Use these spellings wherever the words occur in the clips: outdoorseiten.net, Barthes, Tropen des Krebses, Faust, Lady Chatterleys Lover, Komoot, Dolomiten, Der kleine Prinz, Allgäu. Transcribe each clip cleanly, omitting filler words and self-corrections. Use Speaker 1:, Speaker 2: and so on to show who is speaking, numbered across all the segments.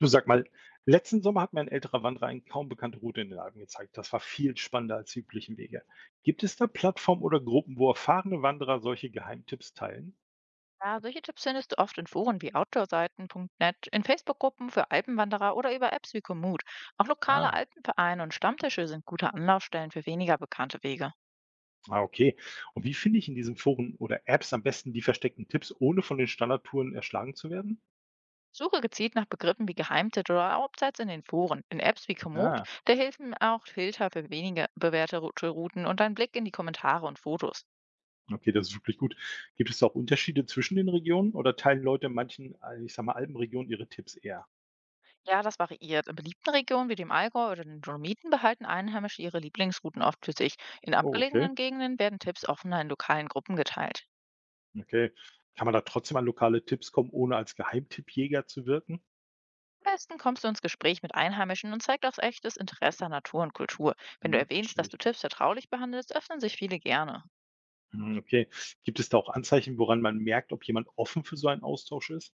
Speaker 1: Du, sag mal, letzten Sommer hat mir ein älterer Wanderer eine kaum bekannte Route in den Alpen gezeigt. Das war viel spannender als die üblichen Wege. Gibt es da Plattformen oder Gruppen, wo erfahrene Wanderer solche Geheimtipps teilen?
Speaker 2: Ja, solche Tipps findest du oft in Foren wie outdoorseiten.net, in Facebook-Gruppen für Alpenwanderer oder über Apps wie Komoot. Auch lokale
Speaker 1: Ah,
Speaker 2: Alpenvereine und Stammtische sind gute Anlaufstellen für weniger bekannte Wege.
Speaker 1: ah, okay. Und wie finde ich in diesen Foren oder Apps am besten die versteckten Tipps, ohne von den Standardtouren erschlagen zu werden?
Speaker 2: Suche gezielt nach Begriffen wie Geheimtipp oder Hauptsatz in den Foren. In Apps wie Komoot,
Speaker 1: Ah,
Speaker 2: da helfen auch Filter für weniger bewährte Routen und ein Blick in die Kommentare und Fotos.
Speaker 1: okay, das ist wirklich gut. Gibt es da auch Unterschiede zwischen den Regionen oder teilen Leute in manchen, ich sag mal, Alpenregionen ihre Tipps eher?
Speaker 2: Ja, das variiert. In beliebten Regionen wie dem Allgäu oder den Dolomiten behalten Einheimische ihre Lieblingsrouten oft für sich. In
Speaker 1: Oh,
Speaker 2: abgelegenen Gegenden werden Tipps offener in lokalen Gruppen geteilt.
Speaker 1: okay. Kann man da trotzdem an lokale Tipps kommen, ohne als Geheimtippjäger zu wirken?
Speaker 2: Am besten kommst du ins Gespräch mit Einheimischen und zeigst auch echtes Interesse an Natur und Kultur. Wenn du
Speaker 1: Mhm,
Speaker 2: erwähnst,
Speaker 1: verstehe
Speaker 2: dass du
Speaker 1: ich.
Speaker 2: Tipps vertraulich behandelst, öffnen sich viele gerne.
Speaker 1: Mhm, okay. Gibt es da auch Anzeichen, woran man merkt, ob jemand offen für so einen Austausch ist?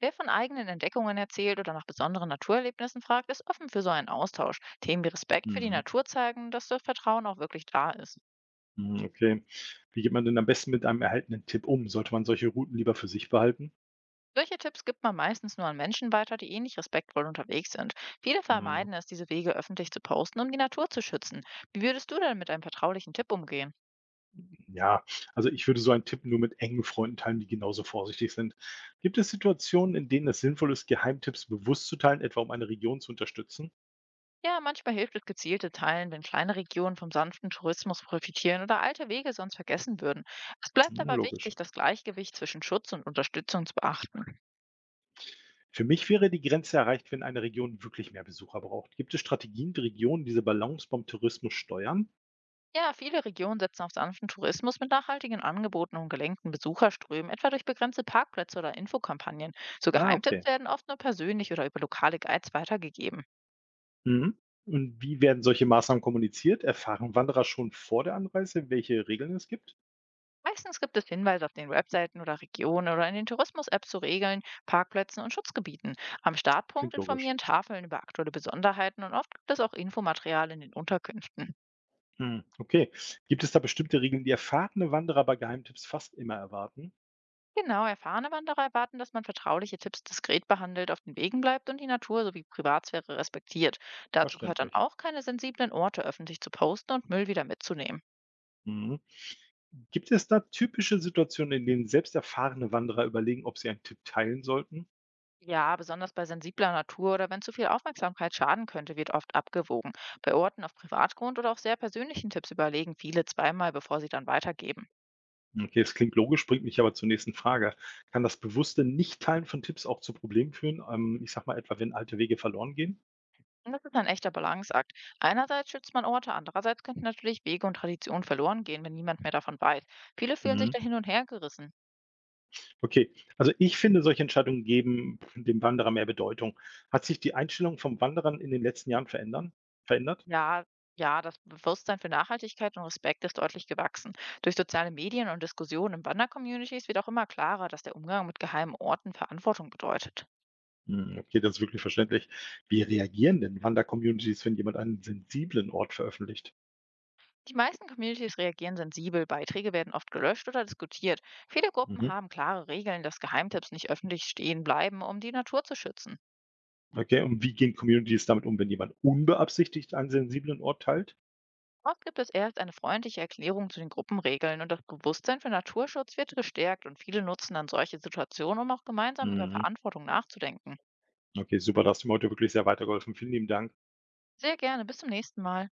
Speaker 2: Wer von eigenen Entdeckungen erzählt oder nach besonderen Naturerlebnissen fragt, ist offen für so einen Austausch. Themen wie Respekt für die
Speaker 1: Mhm.
Speaker 2: Natur zeigen, dass das Vertrauen auch wirklich da ist.
Speaker 1: Mhm, okay. Wie geht man denn am besten mit einem erhaltenen Tipp um? Sollte man solche Routen lieber für sich behalten?
Speaker 2: Solche Tipps gibt man meistens nur an Menschen weiter, die ähnlich respektvoll unterwegs sind. Viele
Speaker 1: Mhm.
Speaker 2: vermeiden es, diese Wege öffentlich zu posten, um die Natur zu schützen. Wie würdest du denn mit einem vertraulichen Tipp umgehen?
Speaker 1: Ja, also ich würde so einen Tipp nur mit engen Freunden teilen, die genauso vorsichtig sind. Gibt es Situationen, in denen es sinnvoll ist, Geheimtipps bewusst zu teilen, etwa um eine Region zu unterstützen?
Speaker 2: Ja, manchmal hilft es gezielte Teilen, wenn kleine Regionen vom sanften Tourismus profitieren oder alte Wege sonst vergessen würden. Es bleibt
Speaker 1: Mhm,
Speaker 2: aber
Speaker 1: logisch.
Speaker 2: wichtig, das Gleichgewicht zwischen Schutz und Unterstützung zu beachten.
Speaker 1: Für mich wäre die Grenze erreicht, wenn eine Region wirklich mehr Besucher braucht. Gibt es Strategien, die Regionen diese Balance beim Tourismus steuern?
Speaker 2: Ja, viele Regionen setzen auf sanften Tourismus mit nachhaltigen Angeboten und gelenkten Besucherströmen, etwa durch begrenzte Parkplätze oder Infokampagnen. So
Speaker 1: Ah,
Speaker 2: Geheimtipps
Speaker 1: okay.
Speaker 2: werden oft nur persönlich oder über lokale Guides weitergegeben.
Speaker 1: Mhm. Und wie werden solche Maßnahmen kommuniziert? Erfahren Wanderer schon vor der Anreise, welche Regeln es gibt?
Speaker 2: Meistens gibt es Hinweise auf den Webseiten oder Regionen oder in den Tourismus-Apps zu Regeln, Parkplätzen und Schutzgebieten. Am Startpunkt
Speaker 1: Klingt logisch.
Speaker 2: informieren Tafeln über aktuelle Besonderheiten und oft gibt es auch Infomaterial in den Unterkünften.
Speaker 1: Hm, okay. Gibt es da bestimmte Regeln, die erfahrene Wanderer bei Geheimtipps fast immer erwarten?
Speaker 2: Genau, erfahrene Wanderer erwarten, dass man vertrauliche Tipps diskret behandelt, auf den Wegen bleibt und die Natur sowie Privatsphäre respektiert. Dazu gehört dann
Speaker 1: Verständlich.
Speaker 2: auch, keine sensiblen Orte öffentlich zu posten und Müll wieder mitzunehmen.
Speaker 1: Mhm. Gibt es da typische Situationen, in denen selbst erfahrene Wanderer überlegen, ob sie einen Tipp teilen sollten?
Speaker 2: Ja, besonders bei sensibler Natur oder wenn zu viel Aufmerksamkeit schaden könnte, wird oft abgewogen. Bei Orten auf Privatgrund oder auch sehr persönlichen Tipps überlegen viele zweimal, bevor sie dann weitergeben.
Speaker 1: Okay, es klingt logisch, bringt mich aber zur nächsten Frage. Kann das bewusste Nichtteilen von Tipps auch zu Problemen führen? Ich sag mal etwa, wenn alte Wege verloren gehen?
Speaker 2: Und das ist ein echter Balanceakt. Einerseits schützt man Orte, andererseits könnten natürlich Wege und Traditionen verloren gehen, wenn niemand mehr davon weiß. Viele fühlen sich
Speaker 1: Mhm.
Speaker 2: da hin und her gerissen.
Speaker 1: Okay, also ich finde, solche Entscheidungen geben dem Wanderer mehr Bedeutung. Hat sich die Einstellung vom Wanderern in den letzten Jahren verändert?
Speaker 2: Ja, ja, das Bewusstsein für Nachhaltigkeit und Respekt ist deutlich gewachsen. Durch soziale Medien und Diskussionen in Wandercommunities wird auch immer klarer, dass der Umgang mit geheimen Orten Verantwortung bedeutet.
Speaker 1: Hm, okay, das ist wirklich verständlich. Wie reagieren denn Wander-Communities, wenn jemand einen sensiblen Ort veröffentlicht?
Speaker 2: Die meisten Communities reagieren sensibel, Beiträge werden oft gelöscht oder diskutiert. Viele Gruppen
Speaker 1: Mhm.
Speaker 2: haben klare Regeln, dass Geheimtipps nicht öffentlich stehen bleiben, um die Natur zu schützen.
Speaker 1: Okay, und wie gehen Communities damit um, wenn jemand unbeabsichtigt einen sensiblen Ort teilt?
Speaker 2: Oft gibt es erst eine freundliche Erklärung zu den Gruppenregeln und das Bewusstsein für Naturschutz wird gestärkt und viele nutzen dann solche Situationen, um auch gemeinsam über
Speaker 1: Mhm.
Speaker 2: Verantwortung nachzudenken.
Speaker 1: Okay, super, da hast du mir heute wirklich sehr weitergeholfen. Vielen lieben Dank.
Speaker 2: Sehr gerne, bis zum nächsten Mal.